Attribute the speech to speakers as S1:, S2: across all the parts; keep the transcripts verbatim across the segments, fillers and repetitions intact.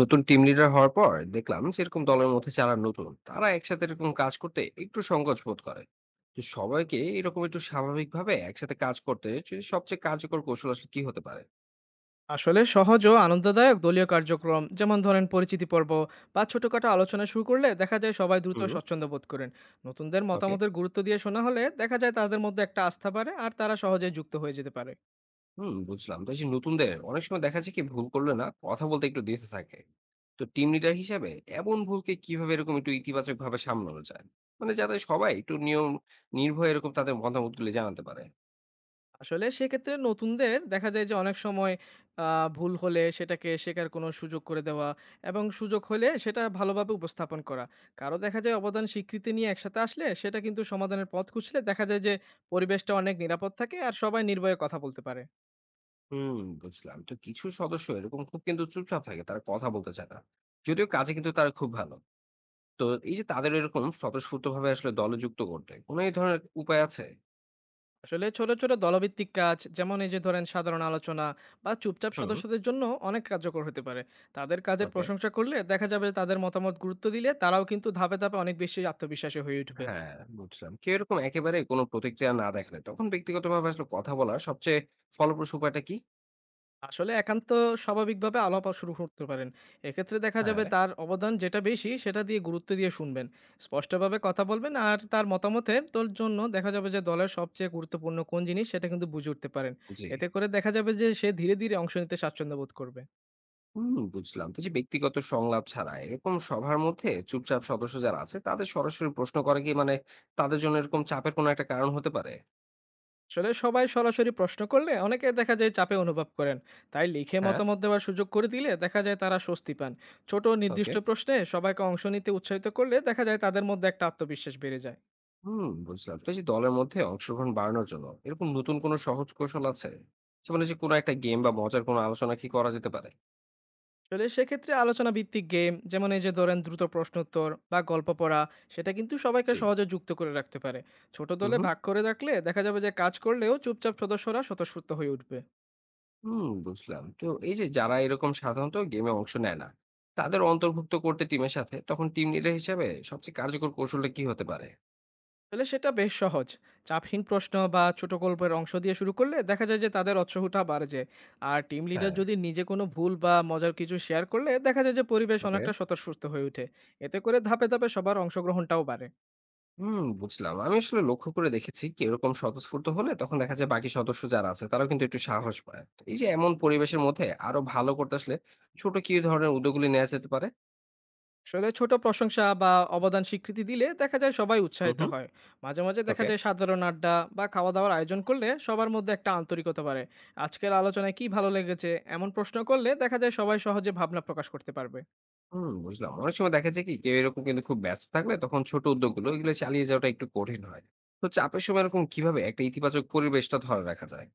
S1: নতুন team leader হওয়ার পর দেখলাম সেরকম দলের মধ্যে যারা নতুন তারা একসাথে এরকম কাজ করতে একটু সংকোচ বোধ করে। তো সবাইকে এরকম একটু স্বাভাবিকভাবে একসাথে কাজ করতে যে সবচেয়ে কার্যকর কৌশল আসলে কি হতে পারে?
S2: আসলে সহজ ও আনন্দদায়ক দলীয় কার্যক্রম, যেমন ধরেন পরিচিতি পর্ব বা ছোটখাটো আলোচনা শুরু করলে দেখা যায় সবাই দ্রুত
S1: হুম।
S2: স্বচ্ছন্দ্য বোধ করেন। নতুনদের
S1: ওকে।
S2: মতামতের গুরুত্ব দিয়ে শোনা হলে দেখা যায় তাদের মধ্যে একটা আস্থা বাড়ে আর তারা সহজে যুক্ত হয়ে যেতে পারে।
S1: হুম, বুঝলাম। তো এই যে নতুনদের অনেক সময় দেখা যায় কি ভুল করলে না কথা বলতে একটু দ্বিধা থাকে। তো টিম লিডার হিসেবে এমন ভুলকে কিভাবে এরকম একটু ইতিবাচক ভাবে সামলানো যায়, মানে যাতে সবাই একটু নিয়ম নির্ভয়ে এরকম তাদের মতামত গুলি জানাতে পারে?
S2: আসলে সেক্ষেত্রে নতুনদের দেখা যায় যে অনেক সময় আহ, ভুল হলে সেটাকে শেখার কোনো সুযোগ করে দেওয়া এবং সুযোগ হলে সেটা ভালোভাবে উপস্থাপন করা, কারো দেখা যায় অবদান স্বীকৃতি নিয়ে একসাথে আসলে সেটা কিন্তু সমাধানের পথ খুঁজলে দেখা যায় যে পরিবেশটা অনেক নিরাপদ থাকে আর সবাই নির্ভয়ে কথা বলতে পারে।
S1: হুম, বুঝলাম। তো কিছু সদস্য এরকম খুব কিন্তু চুপচাপ থাকে, তারা কথা বলতে চায় না, যদিও কাজে কিন্তু তারা খুব ভালো। তো এই যে তাদের এরকম স্বতঃস্ফূর্ত ভাবে আসলে দলে যুক্ত করতে কোনো এই ধরনের উপায় আছে?
S2: আসলে ছোট ছোট দলভিত্তিক কাজ, যেমন এই যে ধরেন সাধারণ আলোচনা বা চুপচাপ
S1: হুম।
S2: সদস্যদের জন্য অনেক কার্যকর হতে পারে। তাদের কাজের
S1: ওকে।
S2: প্রশংসা করলে দেখা যাবে, তাদের মতামত গুরুত্ব দিলে তারাও কিন্তু ধাপে ধাপে অনেক বেশি আত্মবিশ্বাসী হয়ে উঠবে।
S1: হ্যাঁ, বুঝলাম। কেউ এরকম একেবারে কোনো প্রতিক্রিয়া না দেখালে তখন ব্যক্তিগতভাবে আসলে কথা বলার সবচেয়ে ফলপ্রসূ উপায়টা কি?
S2: আসলে একান্ত স্বাভাবিকভাবে আলাপ শুরু করতে পারেন। এক্ষেত্রে দেখা যাবে
S1: হ্যাঁ।
S2: তার অবদান যেটা বেশি সেটা দিয়ে গুরুত্ব দিয়ে শুনবেন, স্পষ্টভাবে কথা বলবেন, আর তার মতামতের তোর জন্য দেখা যাবে যে দলের সবচেয়ে গুরুত্বপূর্ণ কোন জিনিস সেটা কিন্তু বুঝে উঠতে পারেন।
S1: জি।
S2: এতে করে দেখা যাবে যে সে ধীরে ধীরে অংশ নিতে স্বাচ্ছন্দ্য বোধ করবে।
S1: হুম, বুঝলাম। তো যে ব্যক্তিগত সংলাপ ছাড়া এরকম সভার মধ্যে চুপচাপ সদস্য যারা আছে তাদের সরাসরি প্রশ্ন করা কি মানে তাদের জন্য এরকম চাপের কোনো একটা কারণ হতে পারে?
S2: আসলে সবাই সরাসরি প্রশ্ন করলে অনেকে দেখা যায় চাপে অনুভব করেন, তাই লিখে
S1: হ্যাঁ।
S2: মতামত দেওয়ার সুযোগ করে দিলে দেখা যায় তারা স্বস্তি পান। ছোট
S1: ওকে।
S2: নির্দিষ্ট প্রশ্নে সবাইকে অংশ নিতে উৎসাহিত করলে দেখা যায় তাদের মধ্যে একটা আত্মবিশ্বাস বেড়ে যায়।
S1: হুম, বুঝলাম। তো এই যে দলের মধ্যে অংশগ্রহণ বাড়ানোর জন্য এরকম নতুন কোনো সহজ কৌশল আছে? যেমন এই যে কোনো একটা গেম বা মজার কোনো আলোচনা কি করা যেতে পারে?
S2: আসলে সেক্ষেত্রে আলোচনা ভিত্তিক গেম, যেমন এই যে ধরেন দ্রুত প্রশ্নোত্তর বা গল্প পড়া, সেটা কিন্তু সবাইকে
S1: জি।
S2: সহজে যুক্ত করে রাখতে পারে। ছোট
S1: হুম,
S2: দলে
S1: হুম।
S2: ভাগ করে রাখলে দেখা যাবে যে কাজ করলেও চুপচাপ সদস্যরা স্বতঃস্ফূর্ত হয়ে উঠবে।
S1: হুম, বুঝলাম। তো এই যে যারা এরকম সাধারণত গেমে অংশ নেয় না, তাদের অন্তর্ভুক্ত করতে টিমের সাথে তখন টিম লিডার হিসাবে সবচেয়ে কার্যকর কৌশলটা কি হতে পারে?
S2: আসলে সেটা বেশ সহজ। চাপহীন প্রশ্ন বা ছোট গল্পের অংশ দিয়ে শুরু করলে দেখা যায় যে তাদের উৎসাহটা বাড়ে যায়। আর টিম লিডার
S1: হ্যাঁ।
S2: যদি নিজে কোনো ভুল বা মজার কিছু শেয়ার করলে দেখা যায় যে পরিবেশ
S1: ওকে।
S2: অনেকটা স্বতঃস্ফূর্ত হয়ে ওঠে। এতে করে ধাপে ধাপে সবার অংশগ্রহণটাও বাড়ে।
S1: হুম, বুঝলাম। আমি আসলে লক্ষ্য করে দেখেছি কি এরকম স্বতঃস্ফূর্ত হলে তখন দেখা যায় বাকি সদস্য যারা আছে তারাও কিন্তু একটু সাহস পায়। তো এই যে এমন পরিবেশের মধ্যে আরো ভালো করতে আসলে ছোট কি ধরনের উদ্যোগগুলি নেওয়া যেতে পারে?
S2: আসলে ছোট প্রশংসা বা অবদান স্বীকৃতি দিলে দেখা যায় সবাই
S1: হুম,
S2: উৎসাহিত
S1: হুম।
S2: হয়। মাঝে মাঝে দেখা
S1: ওকে।
S2: যায় সাধারণ আড্ডা বা খাওয়া-দাওয়ার আয়োজন করলে সবার মধ্যে একটা আন্তরিকতা বাড়ে। আজকের আলোচনায় কী ভালো লেগেছে? এমন প্রশ্ন করলে দেখা যায় সবাই সহজে ভাবনা প্রকাশ করতে পারবে।
S1: হুম, বুঝলাম। অনেক সময় দেখা যায় কি কেউ এরকম কিন্তু খুব ব্যস্ত থাকলে তখন ছোট উদ্যোগগুলো এগুলো চালিয়ে যাওয়াটা একটু কঠিন হয়। তো চাপের সময় এরকম কিভাবে একটা ইতিবাচক পরিবেশটা ধরে রাখা যায়?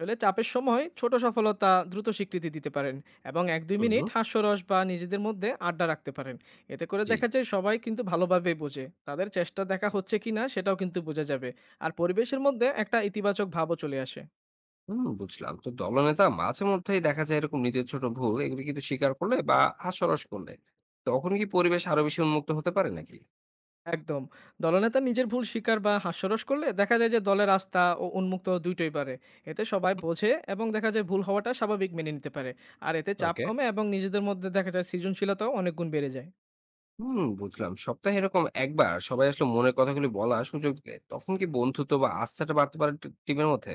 S2: আসলে চাপের সময় ছোট সফলতা দ্রুত স্বীকৃতি দিতে পারেন এবং এক দুই
S1: হুম।
S2: মিনিট হাস্যরস বা নিজেদের মধ্যে আড্ডা রাখতে পারেন। এতে করে
S1: জি।
S2: দেখা যায় সবাই কিন্তু ভালোভাবে বোঝে, তাদের চেষ্টা দেখা হচ্ছে কি না সেটাও কিন্তু বোঝা যাবে, আর পরিবেশের মধ্যে একটা ইতিবাচক ভাবও চলে আসে।
S1: হুম, বুঝলাম। তো দলনেতা মাঝে মধ্যেই দেখা যায় এরকম নিজের ছোট ভুল এগুলো কিন্তু স্বীকার করলে বা হাস্যরস করলে তখন কি পরিবেশ আরো বেশি উন্মুক্ত হতে পারে নাকি?
S2: একদম। দলনেতা নিজের ভুল স্বীকার বা হাস্যরস করলে দেখা যায় যে দলের আস্থা ও উন্মুক্ত দুইটোই বাড়ে। এতে
S1: হুম,
S2: সবাই
S1: হুম।
S2: বোঝে এবং দেখা যায় ভুল হওয়াটা স্বাভাবিক মেনে নিতে পারে। আর এতে চাপ
S1: ওকে।
S2: কমে এবং নিজেদের মধ্যে দেখা যায় সৃজনশীলতাও অনেক গুণ বেড়ে যায়।
S1: হুম, বুঝলাম। সপ্তাহে এরকম একবার সবাই আসলে মনের কথাগুলি বলার সুযোগ দিলে তখন কি বন্ধুত্ব বা আস্থাটা বাড়তে পারে টি টিমের মধ্যে?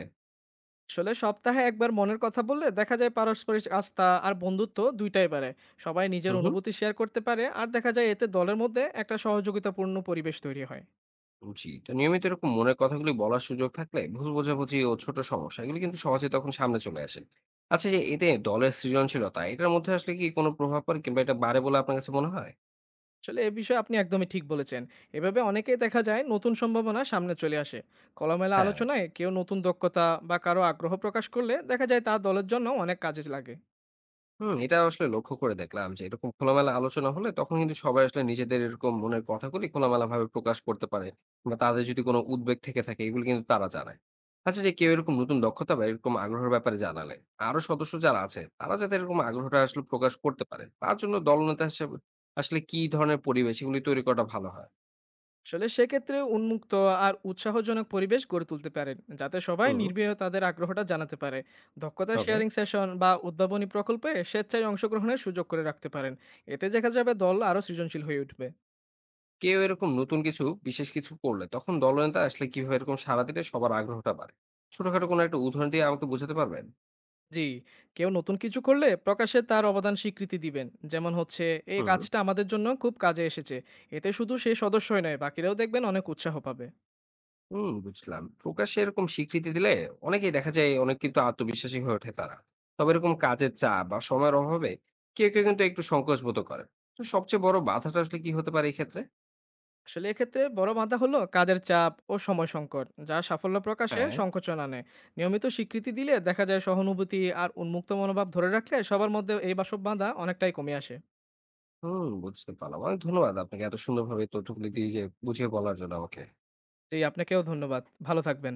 S2: আসলে সপ্তাহে একবার মনের কথা বললে দেখা যায় পারস্পরিক আস্থা আর বন্ধুত্ব দুইটাই বাড়ে। সবাই নিজের
S1: হুম, হুম।
S2: অনুভূতি শেয়ার করতে পারে আর দেখা যায় এতে দলের মধ্যে একটা সহযোগিতাপূর্ণ পরিবেশ তৈরি হয়।
S1: জি। তো নিয়মিত এরকম মনের কথাগুলি বলার সুযোগ থাকলে ভুল বোঝাবুঝি ও ছোট সমস্যা এগুলি কিন্তু সহজে তখন সামনে চলে আসে। আচ্ছা, যে এতে দলের সৃজনশীলতা এটার মধ্যে আসলে কি কোনো প্রভাব পড়ে কিংবা এটা বাড়ে বলে আপনার কাছে মনে হয়?
S2: আসলে এ বিষয়ে আপনি একদমই ঠিক বলেছেন। এভাবে অনেকেই দেখা যায় নতুন সম্ভাবনা সামনে চলে আসে। খোলামেলা
S1: হ্যাঁ।
S2: আলোচনায় কেউ নতুন দক্ষতা বা কারো আগ্রহ প্রকাশ করলে দেখা যায় তা দলের জন্য অনেক কাজে লাগে।
S1: হুম, এটা আসলে লক্ষ্য করে দেখলাম যে এরকম খোলামেলা আলোচনা হলে তখন কিন্তু সবাই আসলে নিজেদের এরকম মনের কথাগুলি খোলামেলা ভাবে প্রকাশ করতে পারে, বা তাদের যদি কোনো উদ্বেগ থেকে থাকে এগুলো কিন্তু তারা জানায়। আচ্ছা, যে কেউ এরকম নতুন দক্ষতা বা এরকম আগ্রহের ব্যাপারে জানালে আরো সদস্য যারা আছে তারা যাতে এরকম আগ্রহটা আসলে প্রকাশ করতে পারে তার জন্য দলনেতা হিসেবে আসলে কি ধরনের পরিবেশ এগুলি তৈরি করাটা ভালো হয়?
S2: আসলে সেক্ষেত্রে উন্মুক্ত আর উৎসাহজনক পরিবেশ গড়ে তুলতে পারেন, যাতে সবাই
S1: হুম।
S2: নির্ভয়ে তাদের আগ্রহটা জানাতে পারে। দক্ষতা
S1: ওকে।
S2: শেয়ারিং সেশন বা উদ্ভাবনী প্রকল্পে স্বেচ্ছায় অংশগ্রহণের সুযোগ করে রাখতে পারেন। এতে দেখা যাবে দল আরও সৃজনশীল হয়ে উঠবে।
S1: কেউ এরকম নতুন কিছু বিশেষ কিছু করলে তখন দলনেতা আসলে কিভাবে এরকম সারা দিলে সবার আগ্রহটা বাড়ে? ছোটখাটো কোনো একটা উদাহরণ দিয়ে আমাকে বোঝাতে পারবেন?
S2: জি। কেউ নতুন কিছু করলে প্রকাশ্যে তার অবদান স্বীকৃতি দিবেন। যেমন হচ্ছে, এই
S1: হুম।
S2: কাজটা আমাদের জন্য খুব কাজে এসেছে। এতে শুধু সে সদস্যই নয়, বাকিরাও দেখবেন অনেক উৎসাহ পাবে।
S1: হুম, বুঝলাম। প্রকাশ্যে এরকম স্বীকৃতি দিলে অনেকেই দেখা যায় অনেক কিন্তু আত্মবিশ্বাসী হয়ে ওঠে তারা। তবে এরকম কাজের চাপ বা সময়ের অভাবে কেউ, কেউ কিন্তু একটু সংকোচ বোধও করে। তো সবচেয়ে বড় বাধাটা আসলে কি হতে পারে এই ক্ষেত্রে?
S2: আসলে এক্ষেত্রে বড় বাধা হলো কাজের চাপ ও সময় সংকট, যা সাফল্য প্রকাশে
S1: হ্যাঁ।
S2: সংকোচন আনে। নিয়মিত স্বীকৃতি দিলে দেখা যায় সহানুভূতি আর উন্মুক্ত মনোভাব ধরে রাখলে সবার মধ্যে এই বাসব বাধা অনেকটাই কমে আসে।
S1: হুম, বুঝতে পারলাম। অনেক ধন্যবাদ আপনাকে এত সুন্দরভাবে তথ্যগুলি দিয়ে যে বুঝিয়ে বলার জন্য আমাকে।
S2: জি, আপনাকেও ধন্যবাদ। ভালো থাকবেন।